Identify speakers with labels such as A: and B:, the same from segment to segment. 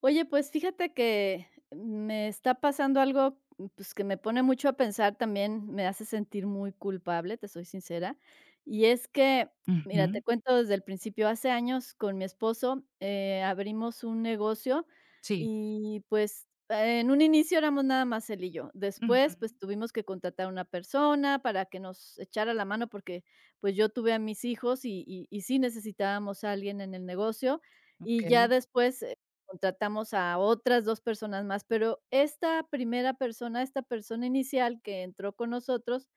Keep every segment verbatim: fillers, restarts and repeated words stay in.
A: Oye, pues fíjate que me está pasando algo, pues, que me pone mucho a pensar también, me hace sentir muy culpable, te soy sincera. Y es que, mira,
B: Ujú.
A: te cuento desde el principio, hace años con mi esposo, eh, abrimos un negocio
B: Sí.
A: y pues eh, en un inicio éramos nada más él y yo. Después, pues
B: Ujú.
A: tuvimos que contratar a una persona para que nos echara la mano porque pues yo tuve a mis hijos y, y, y sí necesitábamos a alguien en el negocio. Y ya
B: Okey,
A: después contratamos a otras dos personas más, pero esta primera persona, esta persona inicial que entró con nosotros,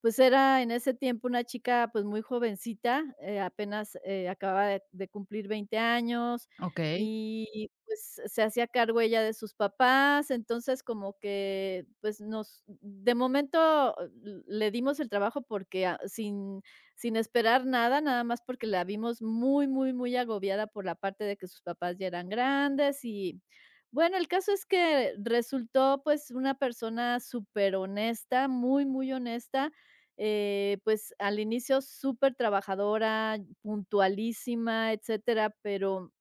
A: pues era en ese tiempo una chica, pues, muy jovencita, eh, apenas, eh, acababa de de cumplir veinte años
B: okey,
A: y, pues, se hacía cargo ella de sus papás. Entonces, como que, pues, nos de momento l le dimos el trabajo porque, ah, sin sin esperar nada, nada más porque la vimos muy, muy, muy agobiada por la parte de que sus papás ya eran grandes y, bueno, el caso es que resultó, pues, una persona súper honesta, muy, muy honesta eh, pues, al inicio súper trabajadora, puntualísima, etcétera, pero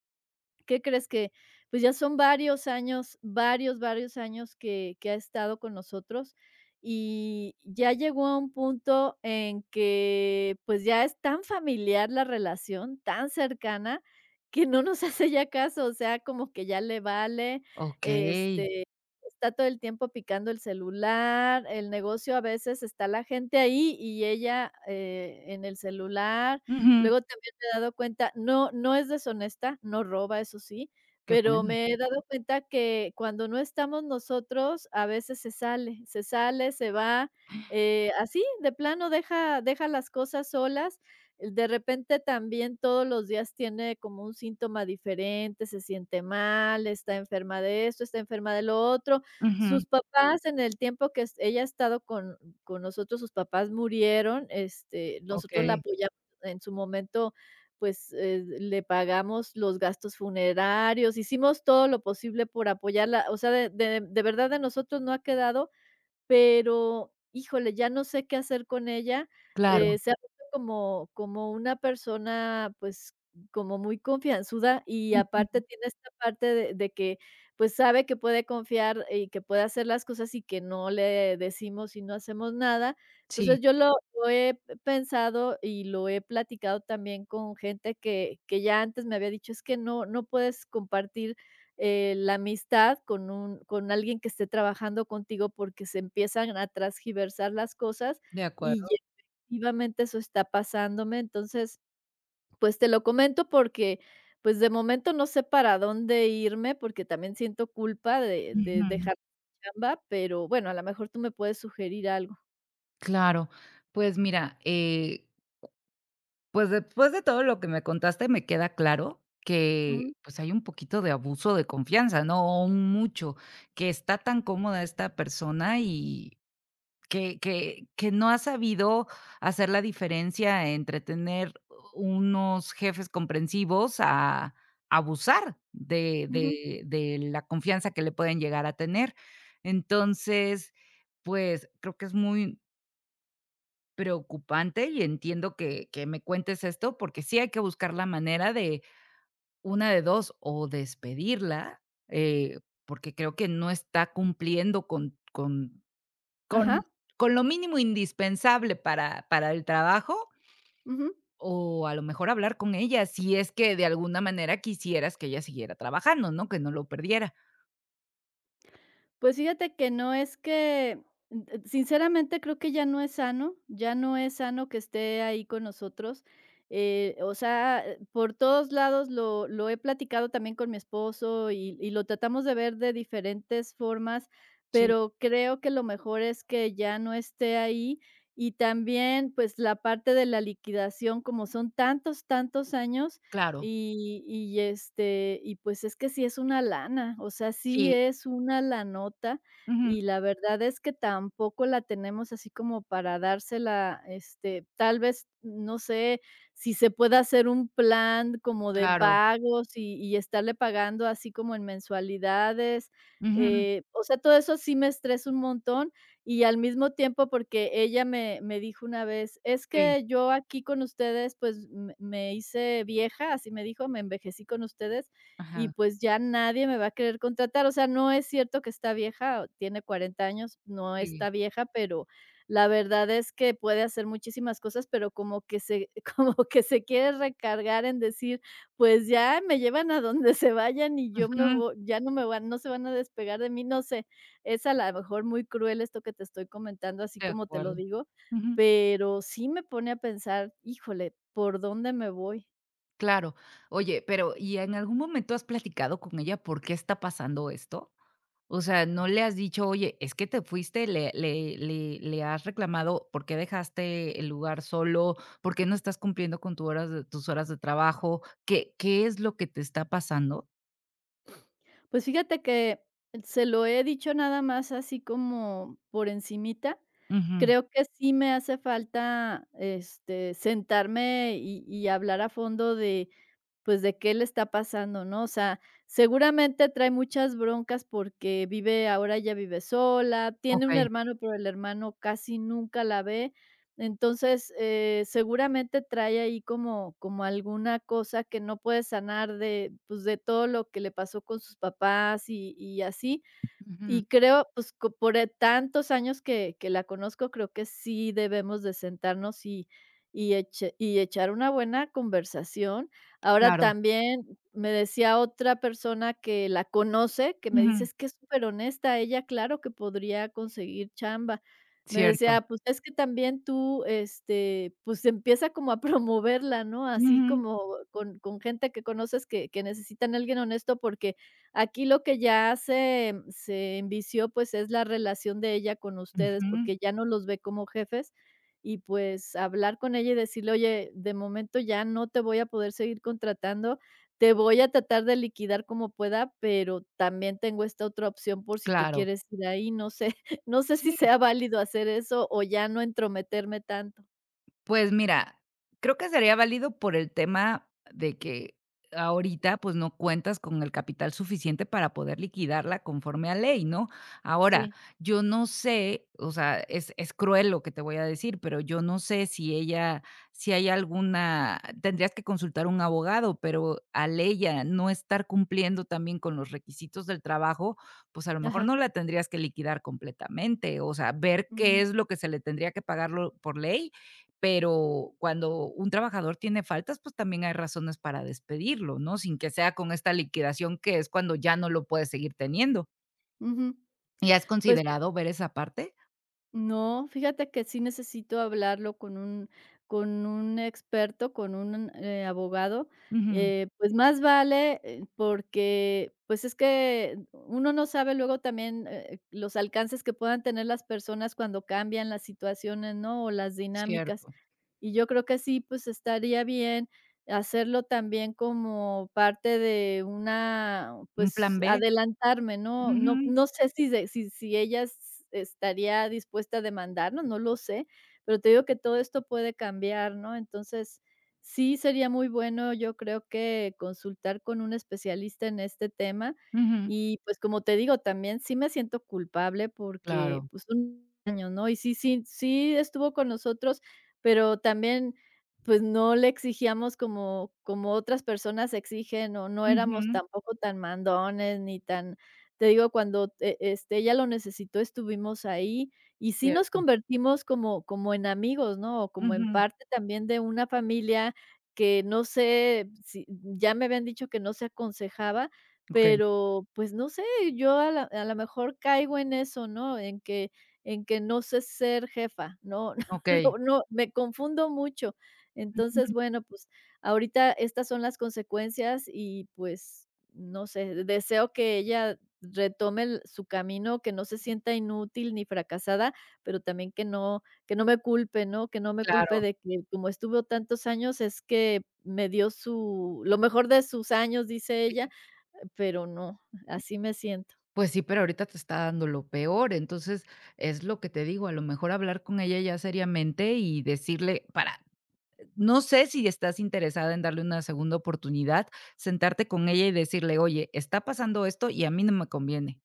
A: ¿qué crees? Que, pues, ya son varios años, varios, varios años que que ha estado con nosotros, y ya llegó a un punto en que, pues, ya es tan familiar la relación, tan cercana, que no nos hace ya caso, o sea, como que ya le vale,
B: okey.
A: este, está todo el tiempo picando el celular, el negocio a veces está la gente ahí y ella, eh, en el celular,
B: Ujú.
A: luego te he dado cuenta, no no es deshonesta, no roba, eso sí,
B: Qué
A: pero
B: bueno.
A: me he dado cuenta que cuando no estamos nosotros, a veces se sale, se sale, se va, eh, así, de plano deja deja las cosas solas. eh, De repente también todos los días tiene como un síntoma diferente, se siente mal, está enferma de esto, está enferma de lo otro.
B: Ujú.
A: Sus papás, en el tiempo que es ella ha estado con con nosotros, sus papás murieron, este, nosotros la
B: Okey.
A: apoyamos en su momento pues, eh, le pagamos los gastos funerarios, hicimos todo lo posible por apoyarla, o sea, de de de verdad de nosotros no ha quedado, pero, híjole, ya no sé qué hacer con ella.
B: Claro.
A: Eh, se ha visto como como una persona, pues, como muy confianzuda y
B: Ujú.
A: aparte tiene esta parte de de que, pues, sabe que puede confiar y que puede hacer las cosas y que no le decimos y no hacemos nada.
B: Sí,
A: Entonces, yo lo lo he pensado y lo he platicado también con gente que que ya antes me había dicho: "Es que no no puedes compartir eh, la amistad con un con alguien que esté trabajando contigo, porque se empiezan a transgiversar las cosas,
B: de
A: y
B: acuerdo.
A: ya efectivamente eso está pasándome". Entonces, pues, te lo comento porque, pues, de momento no sé para dónde irme, porque también siento culpa de de
B: Ujú.
A: dejar mi chamba, pero bueno, a lo mejor tú me puedes sugerir algo.
B: Claro. Pues mira, eh, pues después de todo lo que me contaste, me queda claro
A: Ujú,
B: que, pues, hay un poquito de abuso de confianza, ¿no? O un mucho, que está tan cómoda esta persona y que que que no ha sabido hacer la diferencia entre tener unos jefes comprensivos a abusar de
A: ujú.
B: de de la confianza que le pueden llegar a tener. Entonces, pues, creo que es muy preocupante y entiendo que que me cuentes esto, porque sí hay que buscar la manera de una de dos, o despedirla, eh, porque creo que no está cumpliendo con con con
A: Ajá,
B: con lo mínimo indispensable para para el trabajo,
A: ujú.
B: o a lo mejor hablar con ella, si es que de alguna manera quisieras que ella siguiera trabajando, ¿no? Que no lo perdiera.
A: Pues fíjate que no es que, mm, sinceramente creo que ya no es sano, ya no es sano que esté ahí con nosotros. Eh, o sea, eh, por todos lados lo, lo he platicado también con mi esposo y, y lo tratamos de ver de diferentes formas,
B: Sí,
A: pero creo que lo mejor es que ya no esté ahí. Y también, pues la parte de la liquidación, como son tantos, tantos años,
B: claro.
A: y y, este, y pues es que sí es una lana, o sea, sí
B: Sí.
A: es una lanota,
B: Ujú,
A: y la verdad es que tampoco la tenemos así como para dársela, este, tal vez, no sé, si se puede hacer un plan como de
B: claro.
A: pagos y y estarle pagando así como en mensualidades,
B: Ujú.
A: eh, o sea, todo eso sí me estresa un montón. Y al mismo tiempo, porque ella me me dijo una vez: "Es
B: Sí.
A: que yo aquí con ustedes, pues, me me hice vieja", así me dijo: "Me envejecí con ustedes y,
B: Ajá.
A: pues, ya nadie me va a querer contratar". O sea, no es cierto que está vieja, tiene cuarenta años, no
B: Sí.
A: está vieja, pero la verdad es que puede hacer muchísimas cosas, pero como que se como que se quiere recargar en decir: "Pues ya me llevan a donde se vayan y yo me
B: Ujú.
A: vo ya no me van no se van a despegar de mí", no sé. Es a lo mejor muy cruel esto que te estoy comentando, así
B: De
A: como te lo
B: acuerdo.
A: digo,
B: Ujú.
A: pero sí me pone a pensar, híjole, ¿por dónde me voy?
B: Claro. Oye, pero ¿y en algún momento has platicado con ella por qué está pasando esto? O sea, ¿no le has dicho: "Oye, es que te fuiste"? Le le le le has reclamado ¿por qué dejaste el lugar solo, por qué no estás cumpliendo con tu horas de tus horas de trabajo? ¿Qué qué es lo que te está pasando?
A: Pues fíjate que se lo he dicho nada más así como por encimita.
B: Ujú,
A: Creo que sí me hace falta, este, sentarme y y hablar a fondo de pues, de qué le está pasando, ¿no? O sea, seguramente trae muchas broncas porque vive ahora ya vive sola, tiene un
B: okey.
A: hermano, pero el hermano casi nunca la ve. Entonces, eh, seguramente trae ahí como como alguna cosa que no puede sanar de, pues, de todo lo que le pasó con sus papás y y así.
B: Ujú,
A: Y creo, pues, co por, eh, tantos años que que la conozco, creo que sí debemos de sentarnos y y eche y echar una buena conversación. Ahora
B: claro.
A: también me decía otra persona que la conoce, que me dice:
B: Ujú,
A: "Es que es súper honesta, ella claro que podría conseguir chamba". Me
B: cierto.
A: decía: "Pues, es que también tú, este, pues, empieza como a promoverla, ¿no?, así
B: Ujú,
A: como con con gente que conoces que que necesitan a alguien honesto, porque aquí lo que ya se se envició, pues, es la relación de ella con ustedes,
B: ujú,
A: porque ya no los ve como jefes y, pues, hablar con ella y decirle: 'Oye, de momento ya no te voy a poder seguir contratando, te voy a tratar de liquidar como pueda, pero también tengo esta otra opción por si te
B: claro.
A: quieres ir ahí'", no sé, no sé si
B: Sí.
A: sea válido hacer eso o ya no entrometerme tanto.
B: Pues mira, creo que sería válido por el tema de que ahorita, pues, no cuentas con el capital suficiente para poder liquidarla conforme a ley, ¿no? Ahora,
A: Sí,
B: yo no sé, o sea, es es cruel lo que te voy a decir, pero yo no sé si ella si hay alguna tendrías que consultar a un abogado, pero al ella no estar cumpliendo también con los requisitos del trabajo, pues, a lo mejor no
A: ajá,
B: la tendrías que liquidar completamente, o sea, ver qué
A: ujú,
B: es lo que se le tendría que pagarlo por ley, pero cuando un trabajador tiene faltas, pues también hay razones para despedirlo, ¿no? Sin que sea con esta liquidación, que es cuando ya no lo puedes seguir teniendo.
A: ujú.
B: ¿Y has
A: Pues
B: considerado ver esa parte?
A: no, fíjate que sí necesito hablarlo con un con un experto, con un, eh, abogado,
B: Ujú,
A: eh, pues, más vale, eh, porque, pues, es que uno no sabe luego también, eh, los alcances que puedan tener las personas cuando cambian las situaciones, ¿no? O las dinámicas.
B: cierto.
A: Y yo creo que sí, pues, estaría bien hacerlo también como parte de una,
B: Un plan
A: pues,
B: B.
A: adelantarme, ¿no? No
B: Ujú,
A: no sé si de si si ella s estaría dispuesta a demandarnos, no lo sé, pero te digo que todo esto puede cambiar, ¿no? Entonces, sí sería muy bueno, yo creo que consultar con un especialista en este tema
B: ujú,
A: y, pues, como te digo, también sí me siento culpable porque,
B: claro.
A: pues, un año ¿no? Y sí sí sí estuvo con nosotros, pero también, pues, no le exigíamos como como otras personas exigen, o no
B: Ujú,
A: éramos tampoco tan mandones ni tan te digo, cuando, e este, ella lo necesitó, estuvimos ahí, y sí nos
B: cierto.
A: convertimos como como en amigos, ¿no? O como en
B: Ujú,
A: parte también de una familia que no sé si ya me habían dicho que no se aconsejaba,
B: okey,
A: pero, pues, no sé, yo a la a lo mejor caigo en eso, ¿no? En que en que no sé ser jefa, no.
B: okey.
A: No, no, me confundo mucho.
B: Ujú,
A: Entonces, bueno, pues, ahorita estas son las consecuencias y, pues, no sé, deseo que ella retome el su camino, que no se sienta inútil ni fracasada, pero también que no que no me culpe, ¿no? Que no me
B: claro,
A: culpe de que como estuvo tantos años es que me dio su lo mejor de sus años, dice
B: sí.
A: ella, pero no, así me siento.
B: Pues sí, pero ahorita te está dando lo peor. Entonces, es lo que te digo, a lo mejor hablar con ella ya seriamente y decirle para. No sé si estás interesada en darle una segunda oportunidad, sentarte con ella y decirle: "Oye, está pasando esto y a mí no me conviene.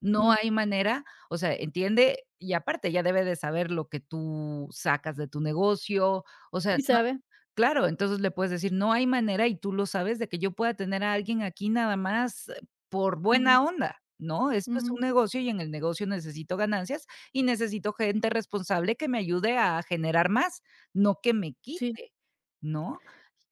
B: No
A: Ujú.
B: hay manera". O sea, entiende, y aparte, ya debe de saber lo que tú sacas de tu negocio, o sea.
A: Sí sabe.
B: Claro, entonces le puedes decir: "No hay manera", y tú lo sabes, de que yo pueda tener a alguien aquí nada más, eh, por
A: Ujú,
B: buena onda, ¿no? Esto es
A: ujú.
B: un negocio y en el negocio necesito ganancias y necesito gente responsable que me ayude a generar más, no que me
A: Sí.
B: quite, ¿no?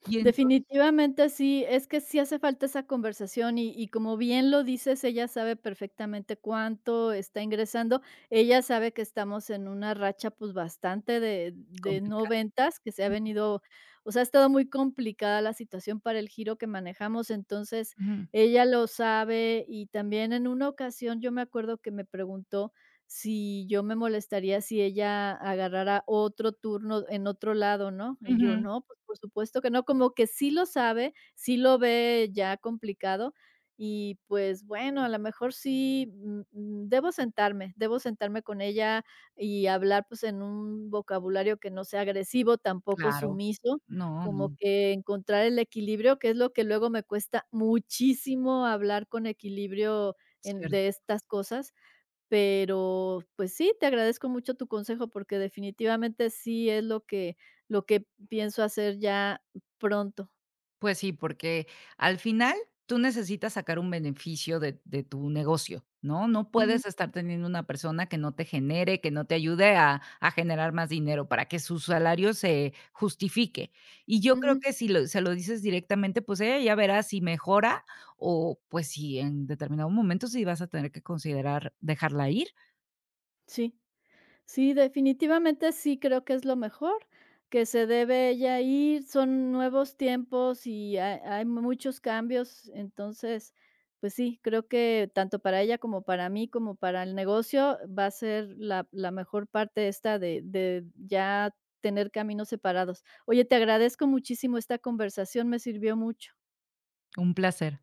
B: Y entonces
A: Definitivamente sí, es que sí hace falta esa conversación y y como bien lo dices, ella sabe perfectamente cuánto está ingresando. Ella sabe que estamos en una racha, pues, bastante de de no
B: complicado.
A: ventas, que se ha venido, o sea, ha estado muy complicada la situación para el giro que manejamos, entonces,
B: Ujú,
A: ella lo sabe. Y también en una ocasión yo me acuerdo que me preguntó si yo me molestaría si ella agarrara otro turno en otro lado, ¿no? Y yo,
B: ujú,
A: no, pues, por supuesto que no, como que sí lo sabe, sí lo ve ya complicado y pues bueno, a lo mejor sí, mm, mm, debo sentarme, debo sentarme con ella y hablar pues en un vocabulario que no sea agresivo, tampoco
B: claro.
A: sumiso,
B: No,
A: como
B: no,
A: que encontrar el equilibrio, que es lo que luego me cuesta muchísimo hablar con equilibrio en
B: cierto.
A: de estas cosas, pero, pues sí, te agradezco mucho tu consejo porque definitivamente sí es lo que lo que pienso hacer ya pronto.
B: Pues sí, porque al final tú necesitas sacar un beneficio de de tu negocio, ¿no? No
A: Ujú,
B: puedes estar teniendo una persona que no te genere, que no te ayude a a generar más dinero para que su salario se justifique. Y yo creo
A: ujú,
B: que si lo se lo dices directamente, pues ella ya verá si mejora o, pues, si en determinado momento sí vas a tener que considerar dejarla ir.
A: sí. Sí, definitivamente sí creo que es lo mejor, que se debe ella ir, son nuevos tiempos y hay, hay muchos cambios, entonces, pues sí, creo que tanto para ella como para mí, como para el negocio, va a ser la, la mejor parte esta de, de ya tener caminos separados. Oye, te agradezco muchísimo esta conversación, me sirvió mucho.
B: Un placer.